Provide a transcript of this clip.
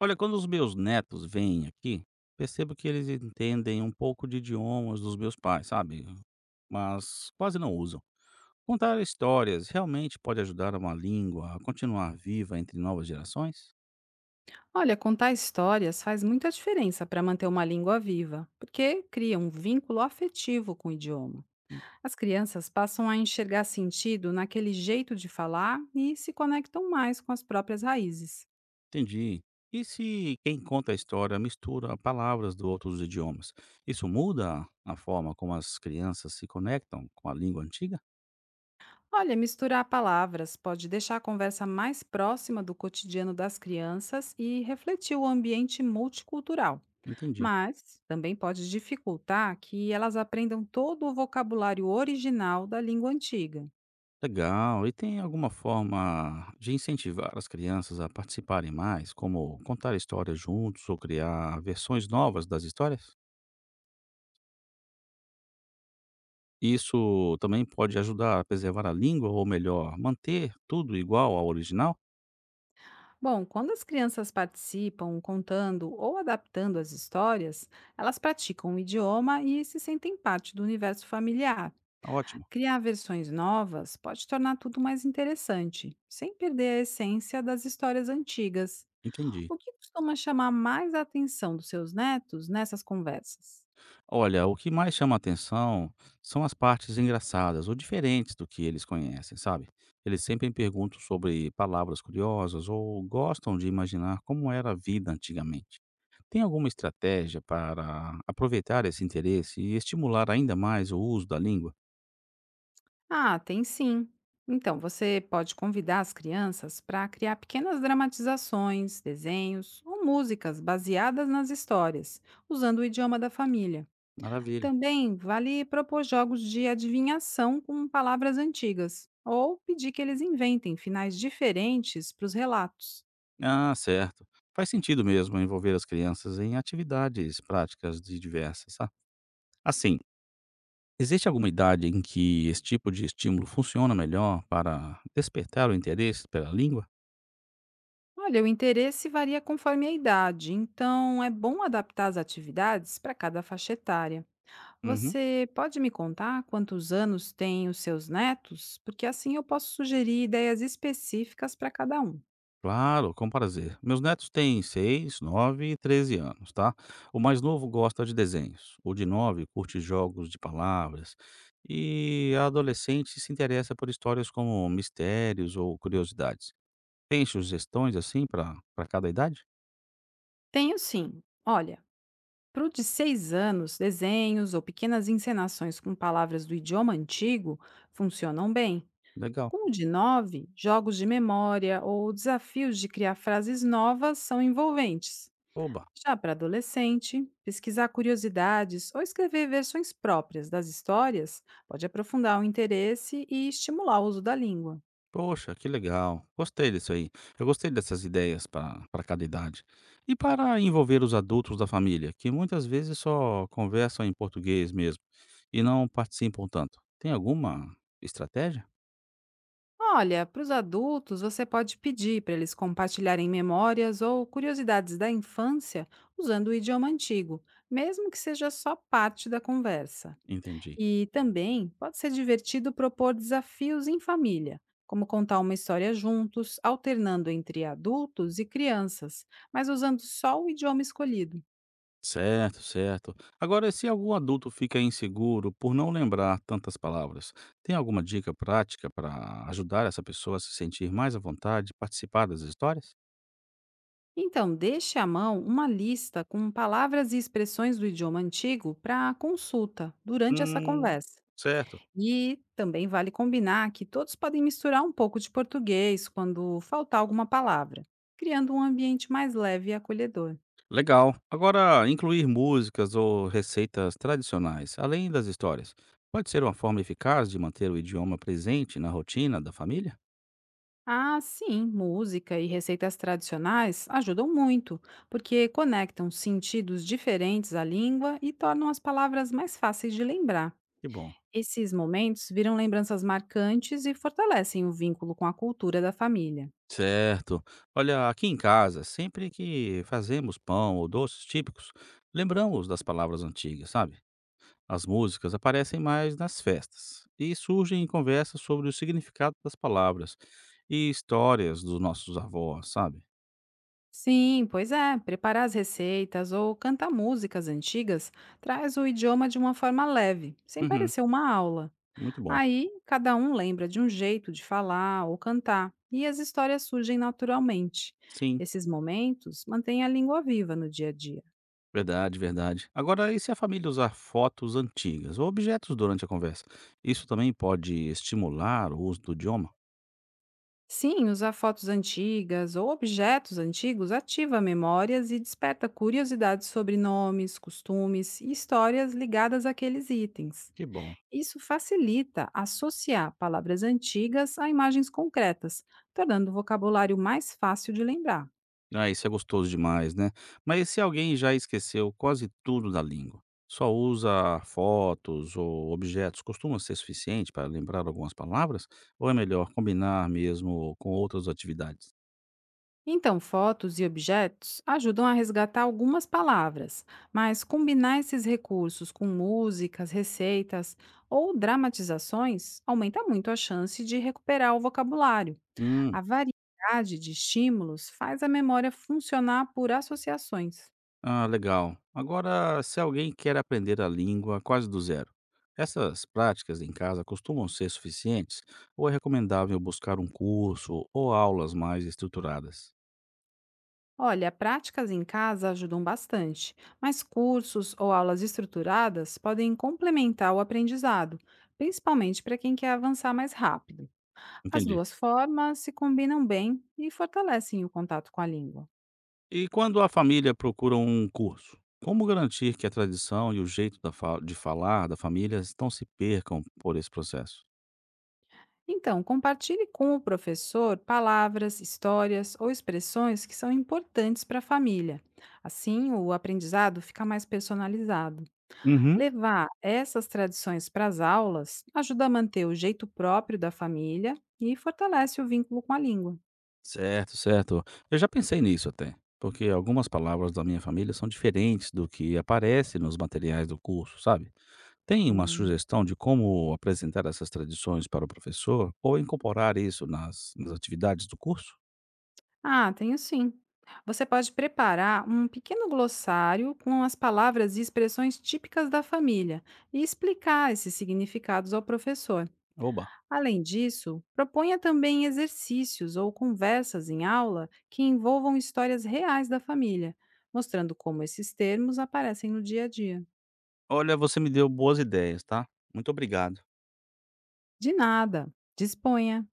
Olha, quando os meus netos vêm aqui, percebo que eles entendem um pouco de idiomas dos meus pais, sabe? Mas quase não usam. Contar histórias realmente pode ajudar uma língua a continuar viva entre novas gerações? Olha, contar histórias faz muita diferença para manter uma língua viva, porque cria um vínculo afetivo com o idioma. As crianças passam a enxergar sentido naquele jeito de falar e se conectam mais com as próprias raízes. Entendi. E se quem conta a história mistura palavras de outros idiomas? Isso muda a forma como as crianças se conectam com a língua antiga? Olha, misturar palavras pode deixar a conversa mais próxima do cotidiano das crianças e refletir o ambiente multicultural. Entendi. Mas também pode dificultar que elas aprendam todo o vocabulário original da língua antiga. Legal. E tem alguma forma de incentivar as crianças a participarem mais, como contar histórias juntos ou criar versões novas das histórias? Isso também pode ajudar a preservar a língua, ou melhor, manter tudo igual ao original? Bom, quando as crianças participam contando ou adaptando as histórias, elas praticam o idioma e se sentem parte do universo familiar. Ah, ótimo, Criar versões novas pode tornar tudo mais interessante, sem perder a essência das histórias antigas. entendi. O que costuma chamar mais a atenção dos seus netos nessas conversas? Olha, o que mais chama atenção são as partes engraçadas ou diferentes do que eles conhecem, sabe? Eles sempre perguntam sobre palavras curiosas ou gostam de imaginar como era a vida antigamente. Tem alguma estratégia para aproveitar esse interesse e estimular ainda mais o uso da língua? Ah, tem sim. Então, você pode convidar as crianças para criar pequenas dramatizações, desenhos ou músicas baseadas nas histórias, usando o idioma da família. Maravilha. Também vale propor jogos de adivinhação com palavras antigas, ou pedir que eles inventem finais diferentes para os relatos. Ah, certo. Faz sentido mesmo envolver as crianças em atividades práticas de diversas, tá? Assim, existe alguma idade em que esse tipo de estímulo funciona melhor para despertar o interesse pela língua? Olha, o interesse varia conforme a idade, então é bom adaptar as atividades para cada faixa etária. Uhum. Você pode me contar quantos anos têm os seus netos? Porque assim eu posso sugerir ideias específicas para cada um. Claro, com prazer. Meus netos têm 6, 9 e 13 anos, tá? O mais novo gosta de desenhos, o de 9 curte jogos de palavras e a adolescente se interessa por histórias como mistérios ou curiosidades. Tem sugestões assim para cada idade? Tenho sim. Olha, para o de 6 anos, desenhos ou pequenas encenações com palavras do idioma antigo funcionam bem. Legal. Com o de 9, jogos de memória ou desafios de criar frases novas são envolventes. Oba! Já para adolescente, pesquisar curiosidades ou escrever versões próprias das histórias pode aprofundar o interesse e estimular o uso da língua. Poxa, que legal. Gostei disso aí. Eu gostei dessas ideias para cada idade. E para envolver os adultos da família, que muitas vezes só conversam em português mesmo e não participam tanto, tem alguma estratégia? Olha, para os adultos, você pode pedir para eles compartilharem memórias ou curiosidades da infância usando o idioma antigo, mesmo que seja só parte da conversa. Entendi. E também pode ser divertido propor desafios em família, como contar uma história juntos, alternando entre adultos e crianças, mas usando só o idioma escolhido. Certo, certo. Agora, se algum adulto fica inseguro por não lembrar tantas palavras, tem alguma dica prática para ajudar essa pessoa a se sentir mais à vontade e participar das histórias? Então, deixe à mão uma lista com palavras e expressões do idioma antigo para consulta durante essa Hum, conversa. certo. E também vale combinar que todos podem misturar um pouco de português quando faltar alguma palavra, criando um ambiente mais leve e acolhedor. Legal. Agora, incluir músicas ou receitas tradicionais, além das histórias, pode ser uma forma eficaz de manter o idioma presente na rotina da família? Ah, sim, música e receitas tradicionais ajudam muito, porque conectam sentidos diferentes à língua e tornam as palavras mais fáceis de lembrar. Que bom. Esses momentos viram lembranças marcantes e fortalecem o vínculo com a cultura da família. Certo. Olha, aqui em casa, sempre que fazemos pão ou doces típicos, lembramos das palavras antigas, sabe? As músicas aparecem mais nas festas e surgem em conversas sobre o significado das palavras e histórias dos nossos avós, sabe? Sim, pois é, preparar as receitas ou cantar músicas antigas traz o idioma de uma forma leve, sem Uhum, parecer uma aula. muito bom. Aí, cada um lembra de um jeito de falar ou cantar, e as histórias surgem naturalmente. Sim. Esses momentos mantêm a língua viva no dia a dia. Verdade, verdade. Agora, e se a família usar fotos antigas ou objetos durante a conversa? Isso também pode estimular o uso do idioma? Sim, usar fotos antigas ou objetos antigos ativa memórias e desperta curiosidade sobre nomes, costumes e histórias ligadas àqueles itens. Que bom. Isso facilita associar palavras antigas a imagens concretas, tornando o vocabulário mais fácil de lembrar. Ah, isso é gostoso demais, né? Mas e se alguém já esqueceu quase tudo da língua? Só usa fotos ou objetos, costuma ser suficiente para lembrar algumas palavras? Ou é melhor combinar mesmo com outras atividades? Então, fotos e objetos ajudam a resgatar algumas palavras, mas combinar esses recursos com músicas, receitas ou dramatizações aumenta muito a chance de recuperar o vocabulário. Hum. A variedade de estímulos faz a memória funcionar por associações. Ah, legal. Agora, se alguém quer aprender a língua quase do zero, essas práticas em casa costumam ser suficientes ou é recomendável buscar um curso ou aulas mais estruturadas? Olha, práticas em casa ajudam bastante, mas cursos ou aulas estruturadas podem complementar o aprendizado, principalmente para quem quer avançar mais rápido. As Entendi. duas formas se combinam bem e fortalecem o contato com a língua. E quando a família procura um curso, como garantir que a tradição e o jeito da de falar da família não se percam por esse processo? Então, compartilhe com o professor palavras, histórias ou expressões que são importantes para a família. Assim, o aprendizado fica mais personalizado. Uhum. Levar essas tradições para as aulas ajuda a manter o jeito próprio da família e fortalece o vínculo com a língua. Certo, certo. Eu já pensei nisso até, porque algumas palavras da minha família são diferentes do que aparece nos materiais do curso, sabe? Tem uma Hum. sugestão de como apresentar essas tradições para o professor ou incorporar isso nas atividades do curso? Ah, tenho sim. Você pode preparar um pequeno glossário com as palavras e expressões típicas da família e explicar esses significados ao professor. Oba! Além disso, proponha também exercícios ou conversas em aula que envolvam histórias reais da família, mostrando como esses termos aparecem no dia a dia. Olha, você me deu boas ideias, tá? Muito obrigado. De nada, disponha!